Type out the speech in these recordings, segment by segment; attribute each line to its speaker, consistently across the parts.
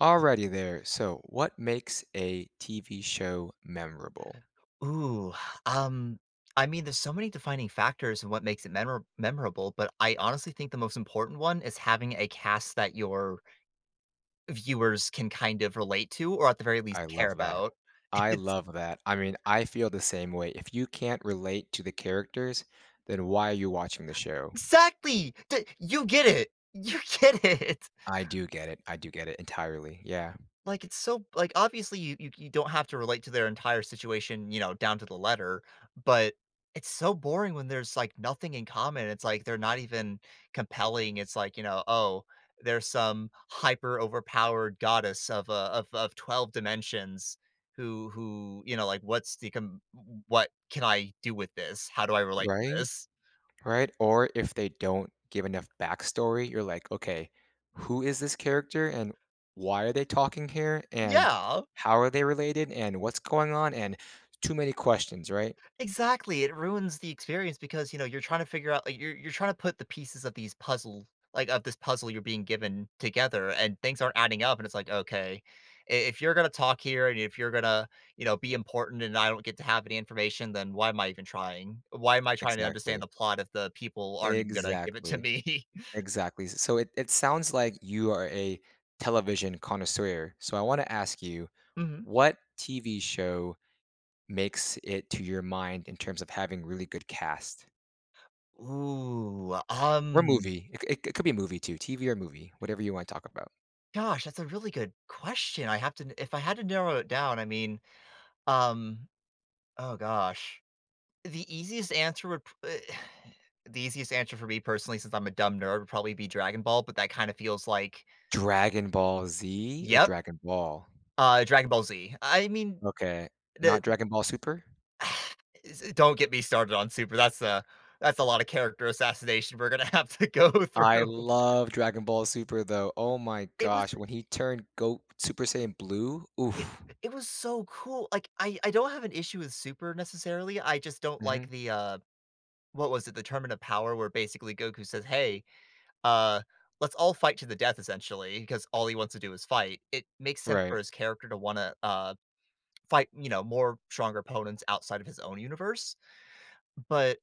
Speaker 1: Alrighty there. So, what makes a TV show memorable?
Speaker 2: Ooh, um, I mean, there's so many defining factors in what makes it memorable, but I honestly think the most important one is having a cast that your viewers can kind of relate to, or at the very least
Speaker 1: I
Speaker 2: care
Speaker 1: love that.
Speaker 2: about.
Speaker 1: I
Speaker 2: It's
Speaker 1: love that. I mean, I feel the same way. If you can't relate to the characters, then why are you watching the show?
Speaker 2: exactly! D You get it! You get it!
Speaker 1: I do get it. I do get it entirely. Yeah.
Speaker 2: Like, it's so like, obviously, you don't have to relate to their entire situation, you know, down to the letter, but it's so boring when there's, like, nothing in common, it's like, they're not even compelling, it's like, you know, "Oh, there's some hyper overpowered goddess of, of 12 dimensions who, you know, like, what's the com what can I do with this? How do I relate to
Speaker 1: Right?
Speaker 2: this?"
Speaker 1: Right? Or if they don't give enough backstory, you're like, okay, who is this character and why are they talking here? And
Speaker 2: Yeah.
Speaker 1: how are they related? And what's going on? And too many questions, right?
Speaker 2: Exactly, it ruins the experience because, you know, you're trying to put the pieces of this puzzle you're being given together, and things aren't adding up, and it's like, "Okay, I if you're gonna talk here, and if you're gonna, you know, be important and I don't get to have any information, then why am I even trying? Why am I trying to understand the
Speaker 1: Exactly.
Speaker 2: plot if the people aren't even gonna give it to
Speaker 1: Exactly,
Speaker 2: me?"
Speaker 1: exactly. So it sounds like you are a television connoisseur. So I want to ask you,
Speaker 2: Mhm.
Speaker 1: what TV show makes it to your mind in terms of having really good cast?
Speaker 2: Ooh,
Speaker 1: Or movie. It could be a movie too, TV or movie, whatever you want to talk about.
Speaker 2: gosh, that's a really good question, I have to if I had to narrow it down, I mean, um, oh gosh. The easiest answer would p The easiest answer for me personally, since I'm a dumb nerd, would probably be Dragon Ball, but that kinda feels like
Speaker 1: Dragon Ball Z or
Speaker 2: yep,
Speaker 1: Dragon Ball?
Speaker 2: Dragon Ball Z. I mean,
Speaker 1: Okay,
Speaker 2: the
Speaker 1: not Dragon Ball Super?
Speaker 2: s don't get me started on Super, that's a lot of character assassination we're gonna have to go
Speaker 1: I
Speaker 2: through.
Speaker 1: love Dragon Ball Super though. Oh my
Speaker 2: It was
Speaker 1: gosh, when he turned Go Super Saiyan Blue,
Speaker 2: it
Speaker 1: oof.
Speaker 2: it was so cool, like, I don't have an issue with Super necessarily, I just don't
Speaker 1: hmm
Speaker 2: like the, what was it? The Tournament of Power where basically Goku says, "Hey, uh, let's all fight to the death," essentially because all he wants to do is fight. It makes sense for
Speaker 1: Right,
Speaker 2: his character to want to fight, you know, more stronger opponents outside of his own universe. But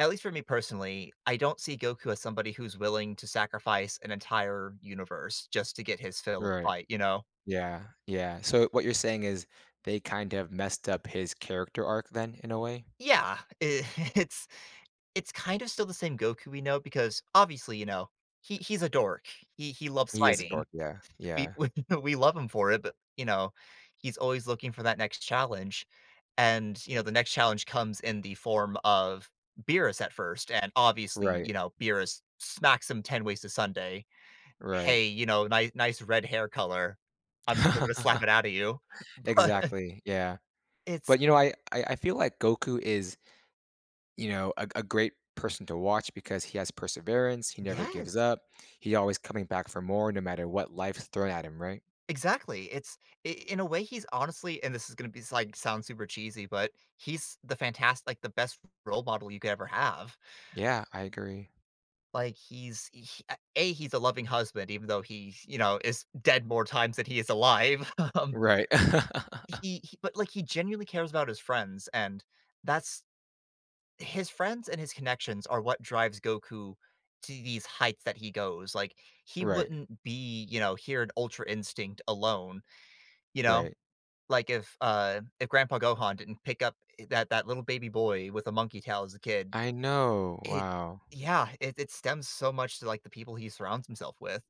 Speaker 2: at least for me personally, I don't see Goku as somebody who's willing to sacrifice an entire universe just to get his fill of a
Speaker 1: right.
Speaker 2: fight, you know?
Speaker 1: Yeah, yeah. So what you're saying is they kind of messed up his character arc then in a way?
Speaker 2: Yeah, it's it's kind of still the same Goku we know because obviously, you know, he's a dork. He loves
Speaker 1: He is a
Speaker 2: fighting.
Speaker 1: dork, yeah,
Speaker 2: We
Speaker 1: yeah.
Speaker 2: we love him for it, but, you know, he's always looking for that next challenge, and, you know, the next challenge comes in the form of Beerus at first, and obviously,
Speaker 1: Right,
Speaker 2: you know, Beerus smacks him 10 ways to Sunday.
Speaker 1: right.
Speaker 2: "Hey, you know, nice red hair color. I'm still gonna slap it out of you." But
Speaker 1: Exactly, yeah.
Speaker 2: it's
Speaker 1: But you know, I feel like Goku is, you know, a great person to watch because he has perseverance, he never gives
Speaker 2: Yes,
Speaker 1: up, he's always coming back for more no matter what life's thrown at him, right?
Speaker 2: exactly. It's I In a way, he's honestly and this is gonna be like, sound super cheesy, but he's the fantastic, like, the best role model you could ever have.
Speaker 1: Yeah, I agree.
Speaker 2: Like, he's a loving husband, even though he, you know, is dead more times than he is alive.
Speaker 1: Right.
Speaker 2: Like, he genuinely cares about his friends, and that's his friends and his connections are what drives Goku to these heights that he goes. Like, he
Speaker 1: Right,
Speaker 2: wouldn't be, you know, here in Ultra Instinct alone, you know?
Speaker 1: right.
Speaker 2: Like, if Grandpa Gohan didn't pick up that little baby boy with a monkey tail as a kid,
Speaker 1: I know.
Speaker 2: it
Speaker 1: Wow.
Speaker 2: yeah, it stems so much to, like, the people he surrounds himself with.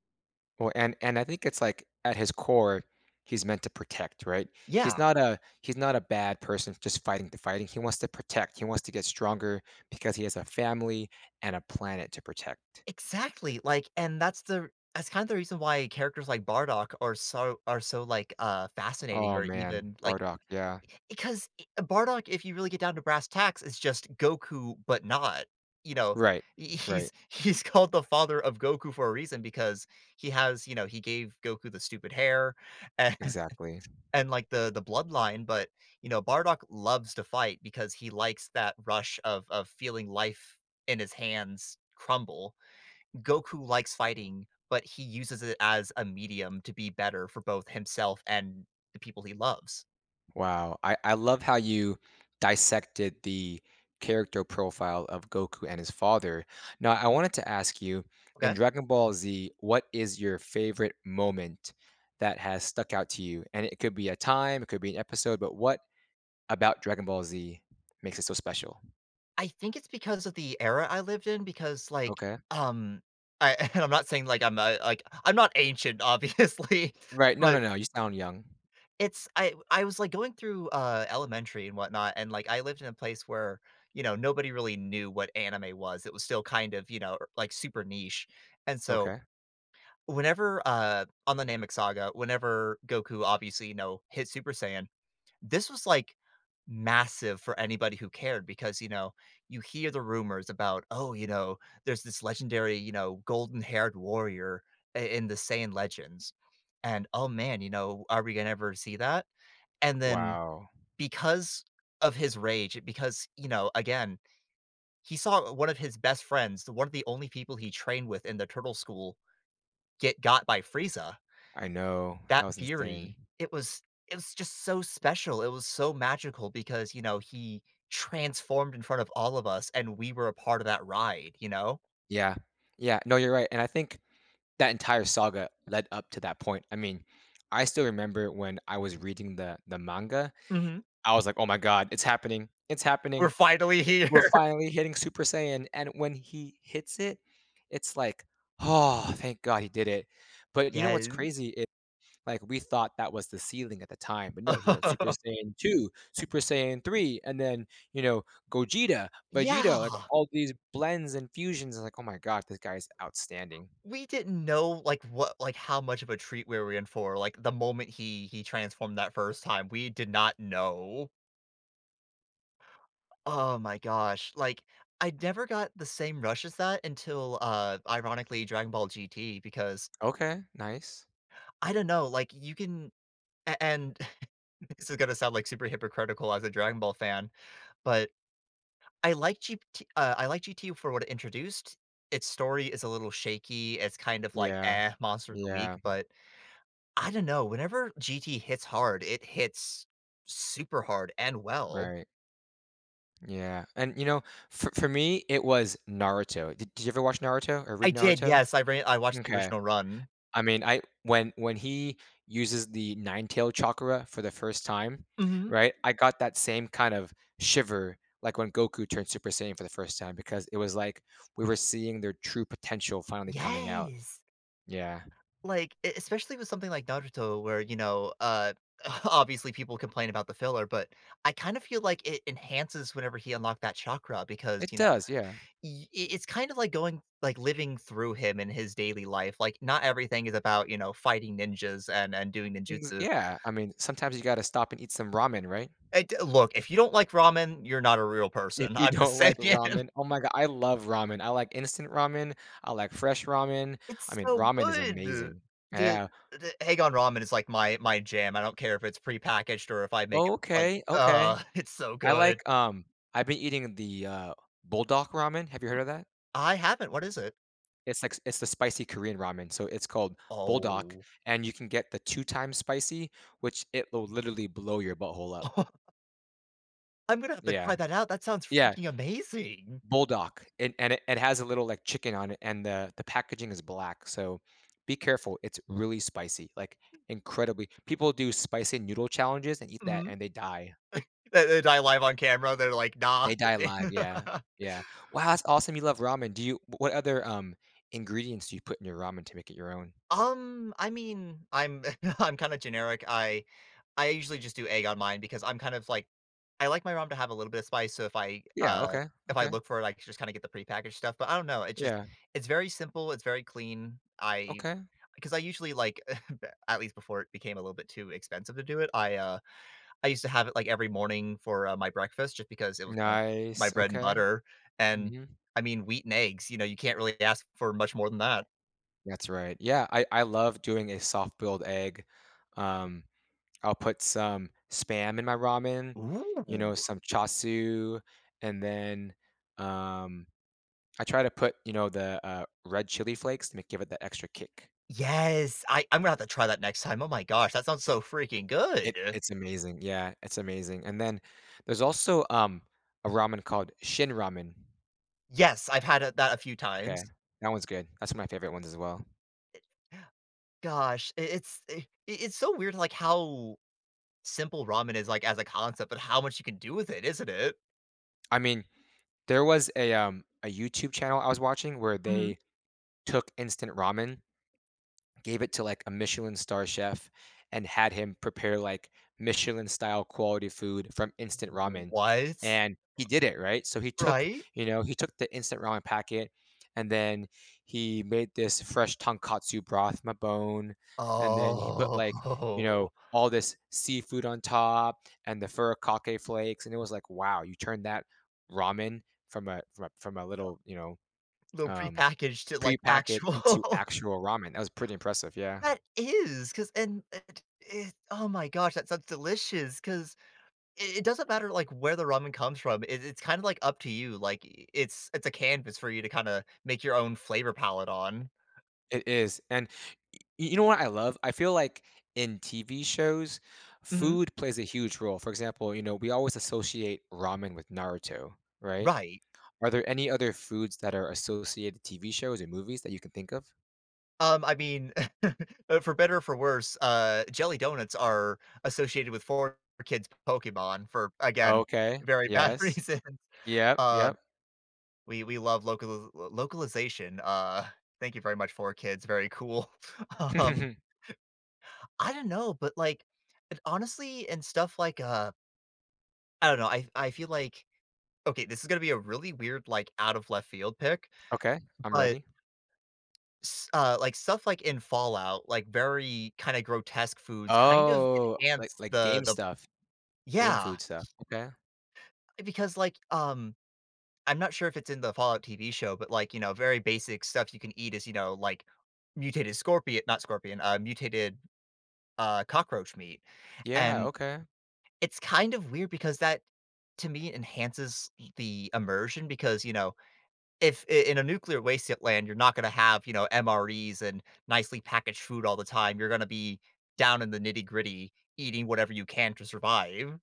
Speaker 1: Well, and I think it's like at his core, he's meant to protect, right?
Speaker 2: Yeah,
Speaker 1: He's not a bad person just fighting to fighting. He wants to protect. He wants to get stronger because he has a family and a planet to protect.
Speaker 2: exactly, like, and that's kind of the reason why characters like Bardock are so, like, fascinating
Speaker 1: Oh
Speaker 2: or
Speaker 1: man,
Speaker 2: even, like
Speaker 1: Bardock, yeah.
Speaker 2: because I Bardock, if you really get down to brass tacks, is just Goku, but not, you know?
Speaker 1: Right.
Speaker 2: He's
Speaker 1: Right.
Speaker 2: he's called the father of Goku for a reason because he has you know, he gave Goku the stupid hair and
Speaker 1: Exactly.
Speaker 2: and, like, the bloodline, but, you know, Bardock loves to fight because he likes that rush of feeling life in his hands crumble. Goku likes fighting, but he uses it as a medium to be better for both himself and the people he loves.
Speaker 1: Wow. I love how you dissected the character profile of Goku and his father. Now, I wanted to ask you in
Speaker 2: Okay.
Speaker 1: Dragon Ball Z, what is your favorite moment that has stuck out to you? And it could be a time, it could be an episode, but what about Dragon Ball Z makes it so special?
Speaker 2: I think it's because of the era I lived in because like,
Speaker 1: Okay.
Speaker 2: um, I and I'm not saying like I'm a, like I'm not ancient obviously,
Speaker 1: Right. No,
Speaker 2: but
Speaker 1: no, no. You sound young.
Speaker 2: it's I was like going through elementary and whatnot, and like I lived in a place where you know nobody really knew what anime was. It was still kind of you know like super niche, and so
Speaker 1: Okay.
Speaker 2: whenever, on the Namek Saga, whenever Goku obviously, you know, hit Super Saiyan, this was, like, massive for anybody who cared because, you know, you hear the rumors about, "Oh, you know, there's this legendary, you know, golden-haired warrior I in the Saiyan legends," and, "Oh, man," you know, "are we gonna ever see that?" And then
Speaker 1: Wow.
Speaker 2: because of his rage, because, you know, again, he saw one of his best friends, the one of the only people he trained with in the Turtle School, get got by Frieza.
Speaker 1: I know. That
Speaker 2: That
Speaker 1: was
Speaker 2: Fury,
Speaker 1: insane.
Speaker 2: it was just so special, it was so magical because, you know, he transformed in front of all of us, and we were a part of that ride, you know?
Speaker 1: Yeah. Yeah. No, you're right. And I think that entire saga led up to that point. I mean, I still remember when I was reading the manga,
Speaker 2: Mhm.
Speaker 1: I was like, "Oh my god, it's happening. It's
Speaker 2: We're
Speaker 1: happening.
Speaker 2: finally
Speaker 1: We're
Speaker 2: here.
Speaker 1: finally hitting Super Saiyan." And when he hits it, it's like, "Oh, thank god he did it." But you know what's
Speaker 2: Yes.
Speaker 1: crazy is like we thought that was the ceiling at the time, but no, he went Super Saiyan 2, Super Saiyan 3, and then, you know, Gogeta,
Speaker 2: Yeah,
Speaker 1: Vegito, like all these blends and fusions. I was like, "Oh my god, this guy is outstanding."
Speaker 2: we didn't know, like, how much of a treat we were in for, like, the moment he transformed that first time, we did not know. Oh my gosh, like, I never got the same rush as that until, ironically, Dragon Ball GT because
Speaker 1: Okay, nice.
Speaker 2: I don't know, like, you can a and this is gonna sound, like, super hypocritical as a Dragon Ball fan, but I like GT. I like GT for what it introduced. Its story is a little shaky, it's kind of like,
Speaker 1: Yeah,
Speaker 2: "Eh, monster of the week,"
Speaker 1: yeah,
Speaker 2: but I don't know, whenever GT hits hard, it hits super hard and well.
Speaker 1: right. Yeah, and you know, for me, it was Naruto. Did you ever watch Naruto or
Speaker 2: I
Speaker 1: read
Speaker 2: did,
Speaker 1: Naruto?
Speaker 2: yes, I watched the
Speaker 1: Okay.
Speaker 2: original run.
Speaker 1: I mean, I when he uses the nine tail chakra for the first time,
Speaker 2: Mhm.
Speaker 1: right? I got that same kind of shiver like when Goku turned Super Saiyan for the first time because it was like we were seeing their true potential finally coming out.
Speaker 2: Yes.
Speaker 1: Yeah.
Speaker 2: Like, e especially with something like Naruto where, you know, obviously people complain about the filler, but I kind of feel like it enhances whenever he unlocked that chakra because,
Speaker 1: It
Speaker 2: you know,
Speaker 1: does, yeah.
Speaker 2: y I it's kind of like living through him in his daily life, like, not everything is about, you know, fighting ninjas and doing
Speaker 1: Ex-
Speaker 2: ninjutsu.
Speaker 1: Yeah, I mean, sometimes you got to stop and eat some ramen, right?
Speaker 2: And look, if you don't like ramen, you're not a real person,
Speaker 1: If you
Speaker 2: I'm just
Speaker 1: don't like
Speaker 2: saying.
Speaker 1: ramen oh my god, I love ramen. I like instant ramen, I like fresh ramen. I
Speaker 2: It's
Speaker 1: mean,
Speaker 2: so
Speaker 1: ramen is
Speaker 2: good.
Speaker 1: amazing.
Speaker 2: The
Speaker 1: Yeah.
Speaker 2: the Egon Ramen is like my jam, I don't care if it's prepackaged or if I make it, like,
Speaker 1: Okay, okay.
Speaker 2: it's so
Speaker 1: I
Speaker 2: good.
Speaker 1: like, I've been eating the, bulldog ramen. Have you heard of that?
Speaker 2: I haven't, what is it?
Speaker 1: It's like it's the spicy Korean ramen, so it's called bulldog,
Speaker 2: Oh,
Speaker 1: and you can get the 2 times spicy, which it will literally blow your butthole up.
Speaker 2: I'm gonna have to try
Speaker 1: Yeah.
Speaker 2: that out, that sounds
Speaker 1: Yeah.
Speaker 2: freaking amazing.
Speaker 1: Bulldog, and it has a little, like, chicken on it, and the packaging is black, so be careful, it's really spicy, like, incredibly people do spicy noodle challenges and eat that,
Speaker 2: Mhm.
Speaker 1: and they die.
Speaker 2: They die live on camera, they're like, "Nah."
Speaker 1: They die alive, yeah, yeah. Wow, that's awesome, you love ramen. Do you what other, ingredients do you put in your ramen to make it your own?
Speaker 2: I mean, I'm I'm kinda generic, I usually just do egg on mine because I'm kind of like I like my ramen to have a little bit of spice, so
Speaker 1: Yeah, okay,
Speaker 2: if I
Speaker 1: okay,
Speaker 2: look for it, I can just kinda get the prepackaged stuff, but I don't know,
Speaker 1: yeah,
Speaker 2: it's very simple, it's very clean, I
Speaker 1: okay.
Speaker 2: because I usually like at least before it became a little bit too expensive to do it, I used to have it, like, every morning for, my breakfast just because it was my
Speaker 1: Nice,
Speaker 2: bread and
Speaker 1: okay,
Speaker 2: butter, and,
Speaker 1: mhm,
Speaker 2: I mean, wheat and eggs, you know, you can't really ask for much more than that.
Speaker 1: that's right. Yeah, I love doing a soft boiled egg, um I'll put some spam in my ramen, you
Speaker 2: Ooh.
Speaker 1: know, some chasu, and then, um, I try to put, you know, the, red chili flakes to make give it that extra kick.
Speaker 2: Yes, I'm gonna have to try that next time, oh my gosh, that sounds so freaking
Speaker 1: It
Speaker 2: good.
Speaker 1: it's amazing, yeah, it's amazing, and then there's also, a ramen called Shin Ramen.
Speaker 2: Yes, I've had it that a few times.
Speaker 1: Okay, that one's good. That's one of my favorite ones as well.
Speaker 2: Gosh, I- it's so weird, like, how simple ramen is, like, as a concept, but how much you can do with it, isn't it?
Speaker 1: I mean, there was a YouTube channel I was watching where
Speaker 2: Mhm.
Speaker 1: they took instant ramen gave it to like a Michelin star chef and had him prepare like Michelin style quality food from instant ramen.
Speaker 2: What?
Speaker 1: And he did it, right? So he took,
Speaker 2: Right?
Speaker 1: you know, he took the instant ramen packet and then he made this fresh tonkatsu broth from a bone. And then he put
Speaker 2: Oh.
Speaker 1: like, you know, all this seafood on top and the furikake flakes. And it was like, wow, you turned that ramen from a little, you know,
Speaker 2: Little
Speaker 1: um
Speaker 2: prepackaged, like,
Speaker 1: pre-packet
Speaker 2: actual
Speaker 1: into actual ramen. That was pretty impressive. Yeah.
Speaker 2: That is, cause and it oh my gosh, that sounds delicious, 'cause it doesn't matter, like, where the ramen comes from, it's kinda, like, up to you, like, I it's a canvas for you to kinda make your own flavor palette on.
Speaker 1: It is, and y you know what I love? I feel like in TV shows,
Speaker 2: Mhm.
Speaker 1: food plays a huge role. For example, you know, we always associate ramen with Naruto, right?
Speaker 2: Right.
Speaker 1: Are there any other foods that are associated TV shows or movies that you can think of?
Speaker 2: I mean, for better or for worse, jelly donuts are associated with 4 Kids Pokemon for, again,
Speaker 1: Okay,
Speaker 2: very bad
Speaker 1: yes.
Speaker 2: reasons.
Speaker 1: Yep,
Speaker 2: Uh
Speaker 1: yep.
Speaker 2: We love localization, thank you very much, for Kids, very cool. Um, I don't know, but, like, it honestly and stuff like, I don't know, I feel like okay, this is gonna be a really weird, like, out of left field pick,
Speaker 1: Okay, I'm
Speaker 2: but
Speaker 1: ready.
Speaker 2: s like, stuff like in Fallout, like, very kinda grotesque foods kind of
Speaker 1: Oh,
Speaker 2: enhance
Speaker 1: like game
Speaker 2: the
Speaker 1: stuff, game
Speaker 2: Yeah,
Speaker 1: food stuff. Okay.
Speaker 2: because, like, I'm not sure if it's in the Fallout TV show, but, like, you know, very basic stuff you can eat is, you know, like, mutated scorpion not scorpion, mutated, cockroach meat,
Speaker 1: Yeah,
Speaker 2: and
Speaker 1: okay.
Speaker 2: it's kind of weird because that, to me, enhances the immersion because, you know, if I in a nuclear wasteland, you're not gonna have, you know, MREs and nicely packaged food all the time, you're gonna be down in the nitty-gritty eating whatever you can to survive.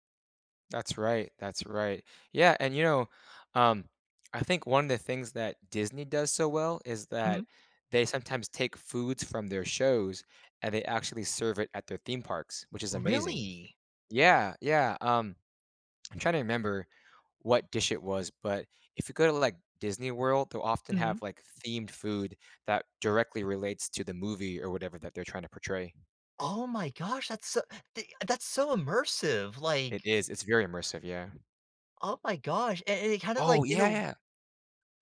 Speaker 1: That's right. That's right. Yeah, and you know, um, I think one of the things that Disney does so well is
Speaker 2: Mhm.
Speaker 1: that they sometimes take foods from their shows and they actually serve it at their theme parks, which is amazing.
Speaker 2: Really?
Speaker 1: Yeah, yeah. I'm trying to remember what dish it was, but if you go to like Disney World, they'll often
Speaker 2: Mhm.
Speaker 1: have like themed food that directly relates to the movie or whatever that they're trying to portray.
Speaker 2: Oh my gosh, that's so th that's so immersive,
Speaker 1: It
Speaker 2: like,
Speaker 1: is. It's very immersive. Yeah.
Speaker 2: oh my gosh, and it kinda
Speaker 1: Oh
Speaker 2: like, in
Speaker 1: yeah.
Speaker 2: a
Speaker 1: Yeah.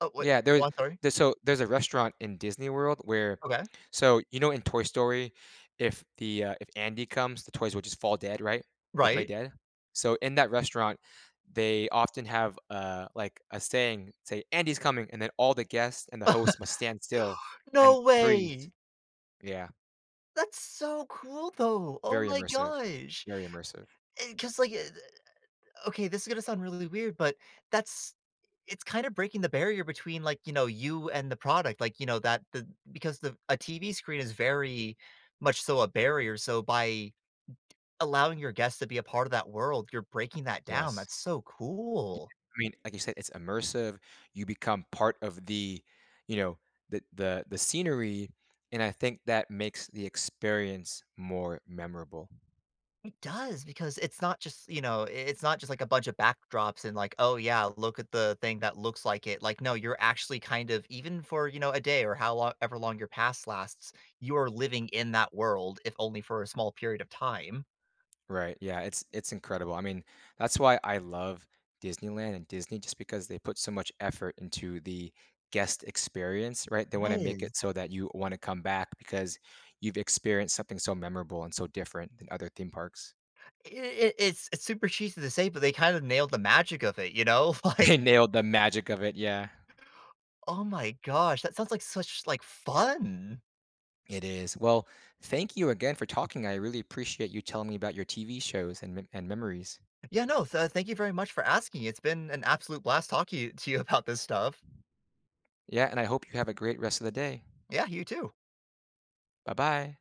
Speaker 2: oh, wait,
Speaker 1: Yeah, there
Speaker 2: go
Speaker 1: was
Speaker 2: on, sorry.
Speaker 1: there's so there's a restaurant in Disney World where
Speaker 2: Okay,
Speaker 1: so, you know, in Toy Story, if the, if Andy comes, the toys will just fall dead, right? Will play
Speaker 2: right.
Speaker 1: dead. So in that restaurant, they often have, like, a saying, say, "Andy's coming," and then all the guests and the host must stand still and
Speaker 2: No
Speaker 1: freeze.
Speaker 2: way!
Speaker 1: Yeah,
Speaker 2: That's so cool, though, oh
Speaker 1: very
Speaker 2: my
Speaker 1: immersive,
Speaker 2: gosh,
Speaker 1: very immersive.
Speaker 2: because like, eh, okay, this is gonna sound really weird, but that's it's kinda breaking the barrier between, like, you know, you and the product, like, you know, that the because the a TV screen is very much so a barrier, so by allowing your guests to be a part of that world, you're breaking that down,
Speaker 1: Yes.
Speaker 2: that's so
Speaker 1: Yeah,
Speaker 2: cool.
Speaker 1: I mean, like you said, it's immersive. You become part of the, you know, the scenery, and I think that makes the experience more memorable,
Speaker 2: It does, because it's not just, you know, I it's not just, like, a bunch of backdrops and, like, "Oh, yeah, look at the thing that looks like it." Like, no, you're actually kind of even for, you know, a day or how long ever long your past lasts, you are living in that world, if only for a small period of time.
Speaker 1: right? Yeah, it's incredible. I mean, that's why I love Disneyland and Disney just because they put so much effort into the guest experience, right? They want to make
Speaker 2: Yes.
Speaker 1: it so that you want to come back because you've experienced something so memorable and so different than other theme parks.
Speaker 2: I It's super cheesy to say, but they kind of nailed the magic of it, you know? Like,
Speaker 1: They nailed the magic of it, yeah.
Speaker 2: oh my gosh, that sounds like such, like, fun.
Speaker 1: It is. Well, thank you again for talking. I really appreciate you telling me about your TV shows and and memories.
Speaker 2: Yeah, no, thank you very much for asking. It's been an absolute blast talking to you about this stuff.
Speaker 1: Yeah, and I hope you have a great rest of the day.
Speaker 2: Yeah, you too.
Speaker 1: Bye bye.